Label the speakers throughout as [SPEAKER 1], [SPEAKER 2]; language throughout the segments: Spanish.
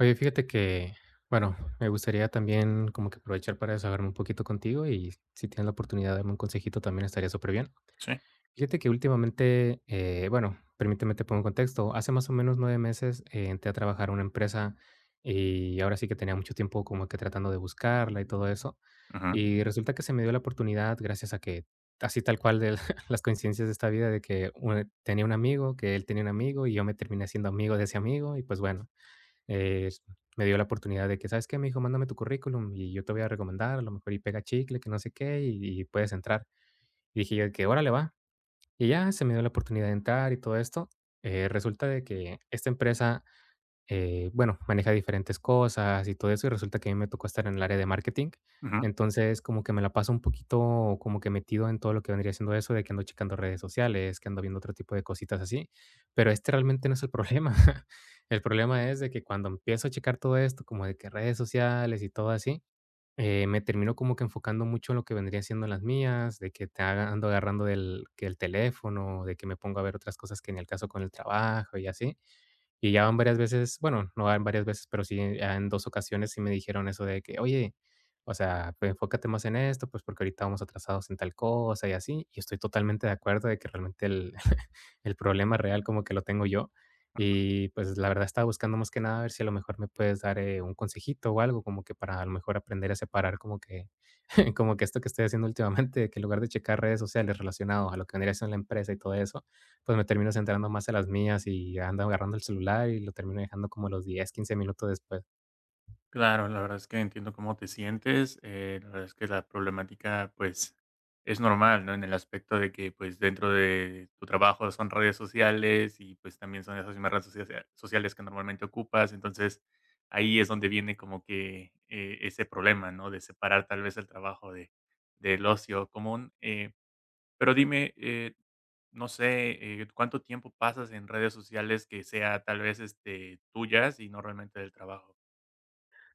[SPEAKER 1] Oye, fíjate que, bueno, me gustaría también como que aprovechar para desahogarme un poquito contigo y si tienes la oportunidad de darme un consejito también estaría súper bien.
[SPEAKER 2] Sí,
[SPEAKER 1] Fíjate que últimamente, bueno, permíteme te pongo en contexto. Hace más o menos 9 meses entré a trabajar a una empresa y ahora sí que tenía mucho tiempo como que tratando de buscarla y todo eso.
[SPEAKER 2] ujú,
[SPEAKER 1] Y resulta que se me dio la oportunidad gracias a que, así tal cual de las coincidencias de esta vida, de que tenía un amigo, que él tenía un amigo y yo me terminé siendo amigo de ese amigo y pues bueno eh, me dio la oportunidad de que, ¿sabes qué? Me dijo, mándame tu currículum y yo te voy a recomendar, a lo mejor y pega chicle, que no sé qué, y puedes entrar. Y dije yo, de que órale va. Y ya se me dio la oportunidad de entrar y todo esto. Resulta de que esta empresa bueno, maneja diferentes cosas y todo eso, y resulta que a mí me tocó estar en el área de marketing.
[SPEAKER 2] ujú.
[SPEAKER 1] Entonces, como que me la paso un poquito como que metido en todo lo que vendría siendo eso, de que ando checando redes sociales, que ando viendo otro tipo de cositas así, pero este realmente no es el problema. El problema es de que cuando empiezo a checar todo esto, como de que redes sociales y todo así, me termino como que enfocando mucho en lo que vendría siendo las mías, de que ando agarrando del, que el teléfono, de que me pongo a ver otras cosas que en el caso con el trabajo y así. Y ya van varias veces, bueno, no van varias veces, pero sí ya en 2 ocasiones sí me dijeron eso de que: "Oye, o sea, pues enfócate más en esto, pues porque ahorita vamos atrasados en tal cosa y así". Y estoy totalmente de acuerdo de que realmente el el problema real como que lo tengo yo. Y pues la verdad estaba buscando más que nada a ver si a lo mejor me puedes dar, un consejito o algo como que para a lo mejor aprender a separar como que como que esto que estoy haciendo últimamente, que en lugar de checar redes sociales relacionados a lo que vendría siendo la empresa y todo eso, pues me termino centrando más en las mías y ando agarrando el celular y lo termino dejando como los 10, 15 minutos después.
[SPEAKER 2] Claro, la verdad es que entiendo cómo te sientes. La verdad es que la problemática, pues, es normal, ¿no? En el aspecto de que, pues, dentro de tu trabajo son redes sociales y, pues, también son esas mismas sociales que normalmente ocupas. Entonces, ahí es donde viene como que ese problema, ¿no? De separar tal vez el trabajo de, del ocio común. Pero dime, no sé, ¿cuánto tiempo pasas en redes sociales que sea tal vez este, tuyas y no realmente del trabajo?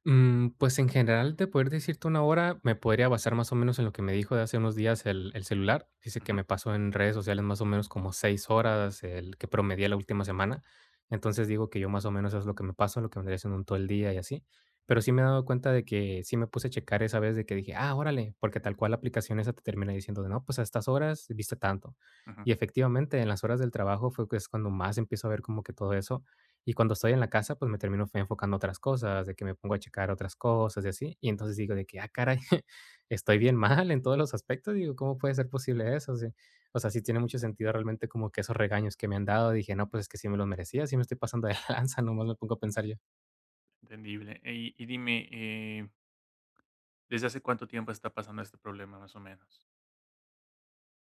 [SPEAKER 1] Pues en general, de poder decirte una hora, me podría basar más o menos en lo que me dijo de hace unos días el celular. Dice que
[SPEAKER 2] Ujú,
[SPEAKER 1] me pasó en redes sociales más o menos como 6 horas, el que promedié la última semana. Entonces digo que yo más o menos es lo que me paso, lo que vendría siendo un todo el día y así. Pero sí me he dado cuenta de que sí me puse a checar esa vez de que dije, ah, órale, porque tal cual la aplicación esa te termina diciendo de no, pues a estas horas viste tanto.
[SPEAKER 2] ujú,
[SPEAKER 1] Y efectivamente, en las horas del trabajo fue que es cuando más empiezo a ver como que todo eso. Y cuando estoy en la casa, pues me termino enfocando a otras cosas, de que me pongo a checar otras cosas y así. Y entonces digo de que, ah, caray, estoy bien mal en todos los aspectos. Digo, ¿cómo puede ser posible eso? Sí. O sea, sí tiene mucho sentido realmente como que esos regaños que me han dado. Dije, no, pues es que sí me los merecía, sí me estoy pasando de lanza, nomás me pongo a pensar yo.
[SPEAKER 2] entendible. Y dime, ¿desde hace cuánto tiempo está pasando este problema, más o menos?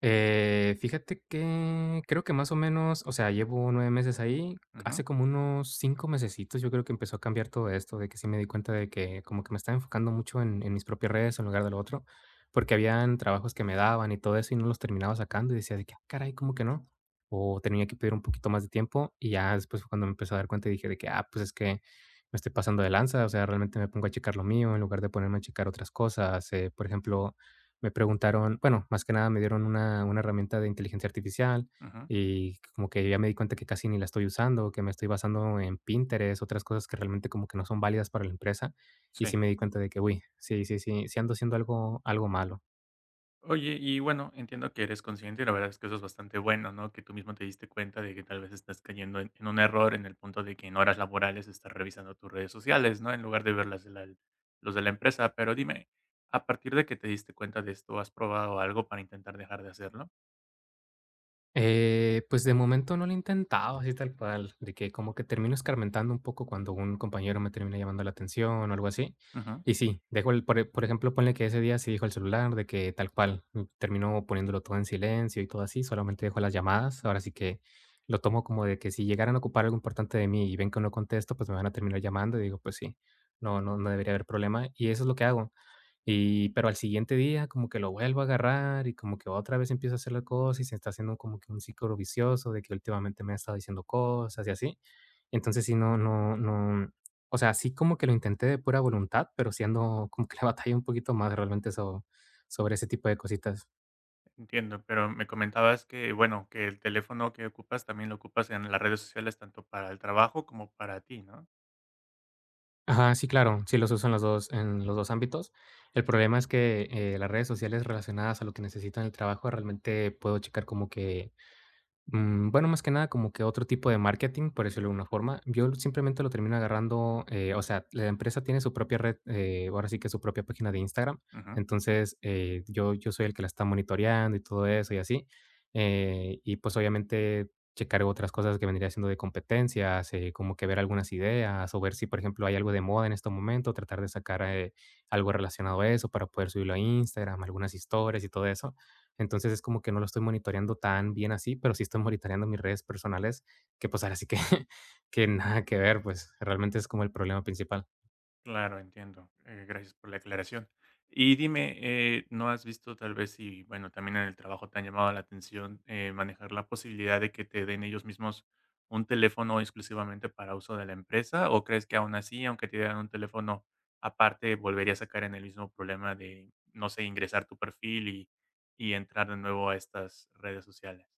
[SPEAKER 1] Fíjate que creo que más o menos, o sea, llevo 9 meses ahí.
[SPEAKER 2] Ujú,
[SPEAKER 1] Hace como unos 5 mesecitos, yo creo que empezó a cambiar todo esto, de que sí me di cuenta de que como que me estaba enfocando mucho en mis propias redes en lugar de lo otro, porque habían trabajos que me daban y todo eso y no los terminaba sacando y decía de que: "Ah, caray, ¿cómo que no?". O tenía que pedir un poquito más de tiempo y ya después fue cuando me empecé a dar cuenta y dije de que: "Ah, pues es que me estoy pasando de lanza". O sea, realmente me pongo a checar lo mío en lugar de ponerme a checar otras cosas. Por ejemplo, me preguntaron, bueno, más que nada me dieron una herramienta de inteligencia artificial
[SPEAKER 2] ujú,
[SPEAKER 1] y como que ya me di cuenta que casi ni la estoy usando, que me estoy basando en Pinterest, otras cosas que realmente como que no son válidas para la empresa. Y
[SPEAKER 2] sí.
[SPEAKER 1] sí me di cuenta de que, uy, sí, sí, sí, sí ando haciendo algo malo.
[SPEAKER 2] Oye, y bueno, entiendo que eres consciente y la verdad es que eso es bastante bueno, ¿no? Que tú mismo te diste cuenta de que tal vez estás cayendo en un error en el punto de que en horas laborales estás revisando tus redes sociales, ¿no? En lugar de ver las de la los de la empresa. Pero dime, a partir de que te diste cuenta de esto, ¿has probado algo para intentar dejar de hacerlo?
[SPEAKER 1] Pues de momento no lo he intentado así tal cual, de que como que termino escarmentando un poco cuando un compañero me termina llamando la atención o algo así. Y sí, dejo por ejemplo, ponle que ese día sí dijo el celular, de que tal cual, termino poniéndolo todo en silencio y todo así, solamente dejo las llamadas. Ahora sí que lo tomo como de que si llegaran a ocupar algo importante de mí y ven que no contesto, pues me van a terminar llamando y digo, pues sí, no, no, no debería haber problema. Y eso es lo que hago. Y pero al siguiente día como que lo vuelvo a agarrar y como que otra vez empiezo a hacer la cosa y se está haciendo como que un ciclo vicioso de que últimamente me ha estado diciendo cosas y así. Entonces sí, no no no, o sea, sí como que lo intenté de pura voluntad, pero siendo como que la batalla un poquito más realmente sobre ese tipo de cositas.
[SPEAKER 2] Entiendo, pero me comentabas que, bueno, que el teléfono que ocupas también lo ocupas en las redes sociales tanto para el trabajo como para ti, ¿no?
[SPEAKER 1] Ajá, sí, claro, sí los uso en los dos ámbitos. El problema es que, las redes sociales relacionadas a lo que necesito en el trabajo realmente puedo checar como que bueno, más que nada como que otro tipo de marketing, por decirlo de alguna forma. Yo simplemente lo termino agarrando, o sea, la empresa tiene su propia red, ahora sí que su propia página de Instagram.
[SPEAKER 2] Ujú.
[SPEAKER 1] Entonces, yo soy el que la está monitoreando y todo eso y así. Y pues obviamente checar otras cosas que vendría siendo de competencias, como que ver algunas ideas o ver si, por ejemplo, hay algo de moda en este momento, tratar de sacar algo relacionado a eso para poder subirlo a Instagram, algunas historias y todo eso. Entonces es como que no lo estoy monitoreando tan bien así, pero sí estoy monitoreando mis redes personales, que pues ahora sí que, que nada que ver, pues realmente es como el problema principal.
[SPEAKER 2] Claro, entiendo. Gracias por la aclaración. Y dime, ¿no has visto tal vez si, bueno, también en el trabajo te han llamado la atención manejar la posibilidad de que te den ellos mismos un teléfono exclusivamente para uso de la empresa? ¿O crees que aún así, aunque te dieran un teléfono aparte, volverías a caer en el mismo problema de, no sé, ingresar tu perfil y entrar de nuevo a estas redes sociales?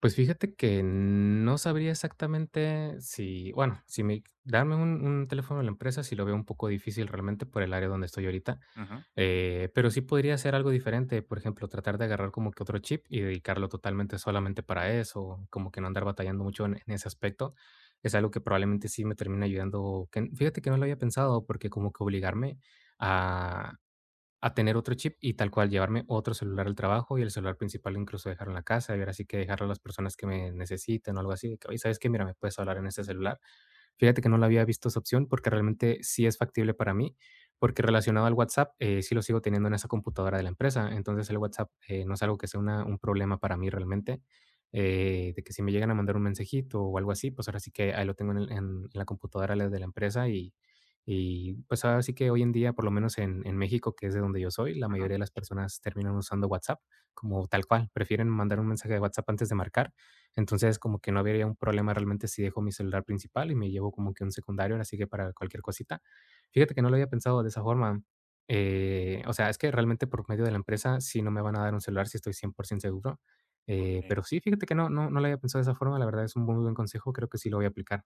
[SPEAKER 1] Pues fíjate que no sabría exactamente si, bueno, si me, darme un teléfono de la empresa, si lo veo un poco difícil realmente por el área donde estoy ahorita.
[SPEAKER 2] Ujú,
[SPEAKER 1] Pero sí podría ser algo diferente, por ejemplo, tratar de agarrar como que otro chip y dedicarlo totalmente solamente para eso, como que no andar batallando mucho en ese aspecto, es algo que probablemente sí me termina ayudando, que, fíjate que no lo había pensado porque como que obligarme a, a tener otro chip y tal cual llevarme otro celular al trabajo y el celular principal incluso dejarlo en la casa y ahora sí que dejarlo a las personas que me necesiten o algo así, de que, oye, ¿sabes qué? Mira, me puedes hablar en este celular. Fíjate que no la había visto esa opción porque realmente sí es factible para mí, porque relacionado al WhatsApp, sí lo sigo teniendo en esa computadora de la empresa. Entonces, el WhatsApp, no es algo que sea una un problema para mí realmente, de que si me llegan a mandar un mensajito o algo así, pues ahora sí que ahí lo tengo en el en la computadora la de la empresa y pues, ahora sí que hoy en día, por lo menos en México, que es de donde yo soy, la
[SPEAKER 2] ujú,
[SPEAKER 1] mayoría de las personas terminan usando WhatsApp como tal cual, prefieren mandar un mensaje de WhatsApp antes de marcar. Entonces, como que no habría un problema realmente si dejo mi celular principal y me llevo como que un secundario, así que para cualquier cosita. Fíjate que no lo había pensado de esa forma. O sea, es que realmente por medio de la empresa sí no me van a dar un celular si estoy 100% seguro.
[SPEAKER 2] ok.
[SPEAKER 1] Pero sí, fíjate que no, no, no lo había pensado de esa forma. La verdad es un muy buen consejo. Creo que sí lo voy a aplicar.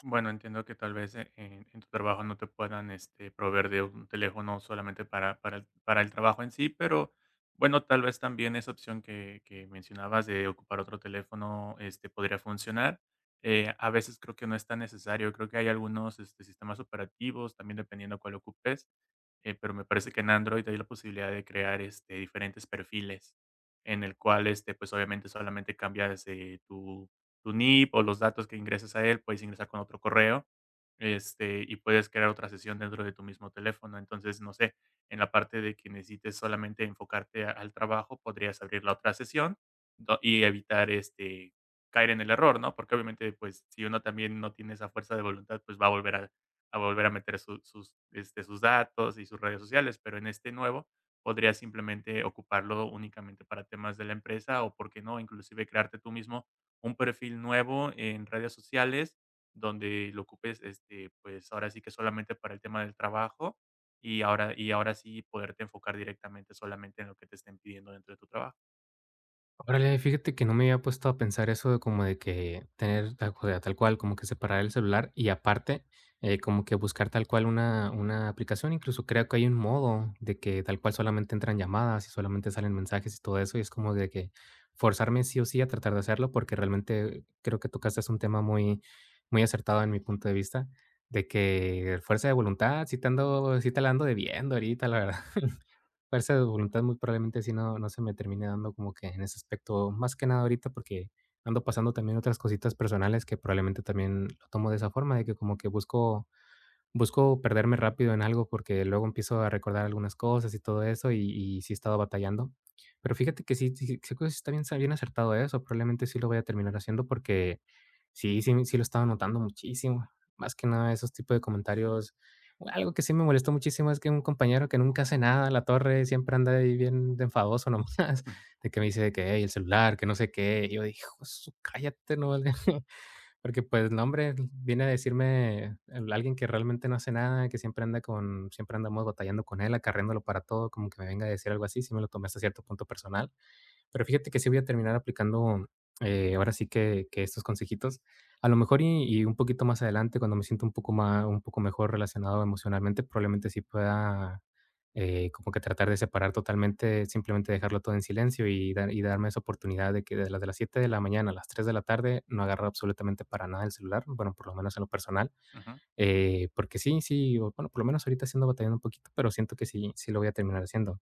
[SPEAKER 2] Bueno, entiendo que tal vez en tu trabajo no te puedan este, proveer de un teléfono solamente para el trabajo en sí, pero bueno, tal vez también esa opción que mencionabas de ocupar otro teléfono este, podría funcionar. A veces creo que no es tan necesario, creo que hay algunos este, sistemas operativos, también dependiendo cuál ocupes, pero me parece que en Android hay la posibilidad de crear este, diferentes perfiles en el cual, este, pues obviamente solamente cambias tu NIP o los datos que ingreses a él, puedes ingresar con otro correo, este, y puedes crear otra sesión dentro de tu mismo teléfono. Entonces, no sé, en la parte de que necesites solamente enfocarte a- al trabajo, podrías abrir la otra sesión do- y evitar este caer en el error, ¿no? Porque obviamente, pues, si uno también no tiene esa fuerza de voluntad, pues va a volver a meter su- sus, este, sus datos y sus redes sociales, pero en este nuevo podrías simplemente ocuparlo únicamente para temas de la empresa o, por qué no, inclusive crearte tú mismo un perfil nuevo en redes sociales donde lo ocupes, este, pues, ahora sí que solamente para el tema del trabajo y ahora sí poderte enfocar directamente solamente en lo que te estén pidiendo dentro de tu trabajo.
[SPEAKER 1] Órale, fíjate que no me había puesto a pensar eso de como de que tener tal, o sea, tal cual, como que separar el celular y aparte, como que buscar tal cual una aplicación. Incluso creo que hay un modo de que tal cual solamente entran llamadas y solamente salen mensajes y todo eso. Y es como de que forzarme sí o sí a tratar de hacerlo porque realmente creo que tocaste es un tema muy, muy acertado en mi punto de vista. De que fuerza de voluntad, sí te ando, sí te la ando debiendo ahorita, la verdad. Fuerza de voluntad, muy probablemente sí no se me termine dando como que en ese aspecto, más que nada ahorita, porque ando pasando también otras cositas personales que probablemente también lo tomo de esa forma, de que como que busco perderme rápido en algo porque luego empiezo a recordar algunas cosas y todo eso, y sí he estado batallando. Pero fíjate que sí creo que sí está bien sa bien acertado eso, probablemente sí lo voy a terminar haciendo porque sí lo estaba notando muchísimo. Más que nada esos tipos de comentarios. Algo que sí me molestó muchísimo es que un compañero que nunca hace nada a la torre, siempre anda ahí bien de enfadoso nomás,
[SPEAKER 2] Ujú.
[SPEAKER 1] de que me dice de que: "Hey, el celular, que no sé qué". Y yo dije, "Hijo de su cállate, no vale". Porque, pues, el hombre, viene a decirme el alguien que realmente no hace nada, que siempre andamos batallando con él, acarreándolo para todo, como que me venga a decir algo así, si me lo tomé hasta cierto punto personal. Pero fíjate que sí voy a terminar aplicando, ahora sí que estos consejitos. A lo mejor un poquito más adelante, cuando me siento un poco mejor relacionado emocionalmente, probablemente sí pueda, como que tratar de separar totalmente, simplemente dejarlo todo en silencio y darme esa oportunidad de que desde las de las 7 de la mañana a las 3 de la tarde no agarro absolutamente para nada el celular, bueno, por lo menos en lo personal,
[SPEAKER 2] Ujú.
[SPEAKER 1] porque sí, sí, o bueno, por lo menos ahorita siendo batallando un poquito, pero siento que sí, sí lo voy a terminar haciendo.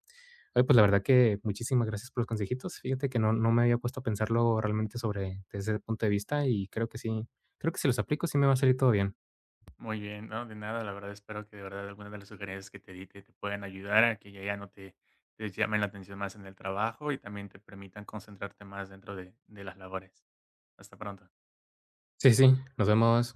[SPEAKER 1] Oye, pues la verdad que muchísimas gracias por los consejitos. Fíjate que no me había puesto a pensarlo realmente sobre desde ese punto de vista y creo que sí, creo que si los aplico sí me va a salir todo bien.
[SPEAKER 2] Muy bien, no, de nada, la verdad espero que de verdad algunas de las sugerencias que te di te puedan ayudar a que ya no te te llamen la atención más en el trabajo y también te permitan concentrarte más dentro de las labores. Hasta pronto.
[SPEAKER 1] Sí, sí, nos vemos.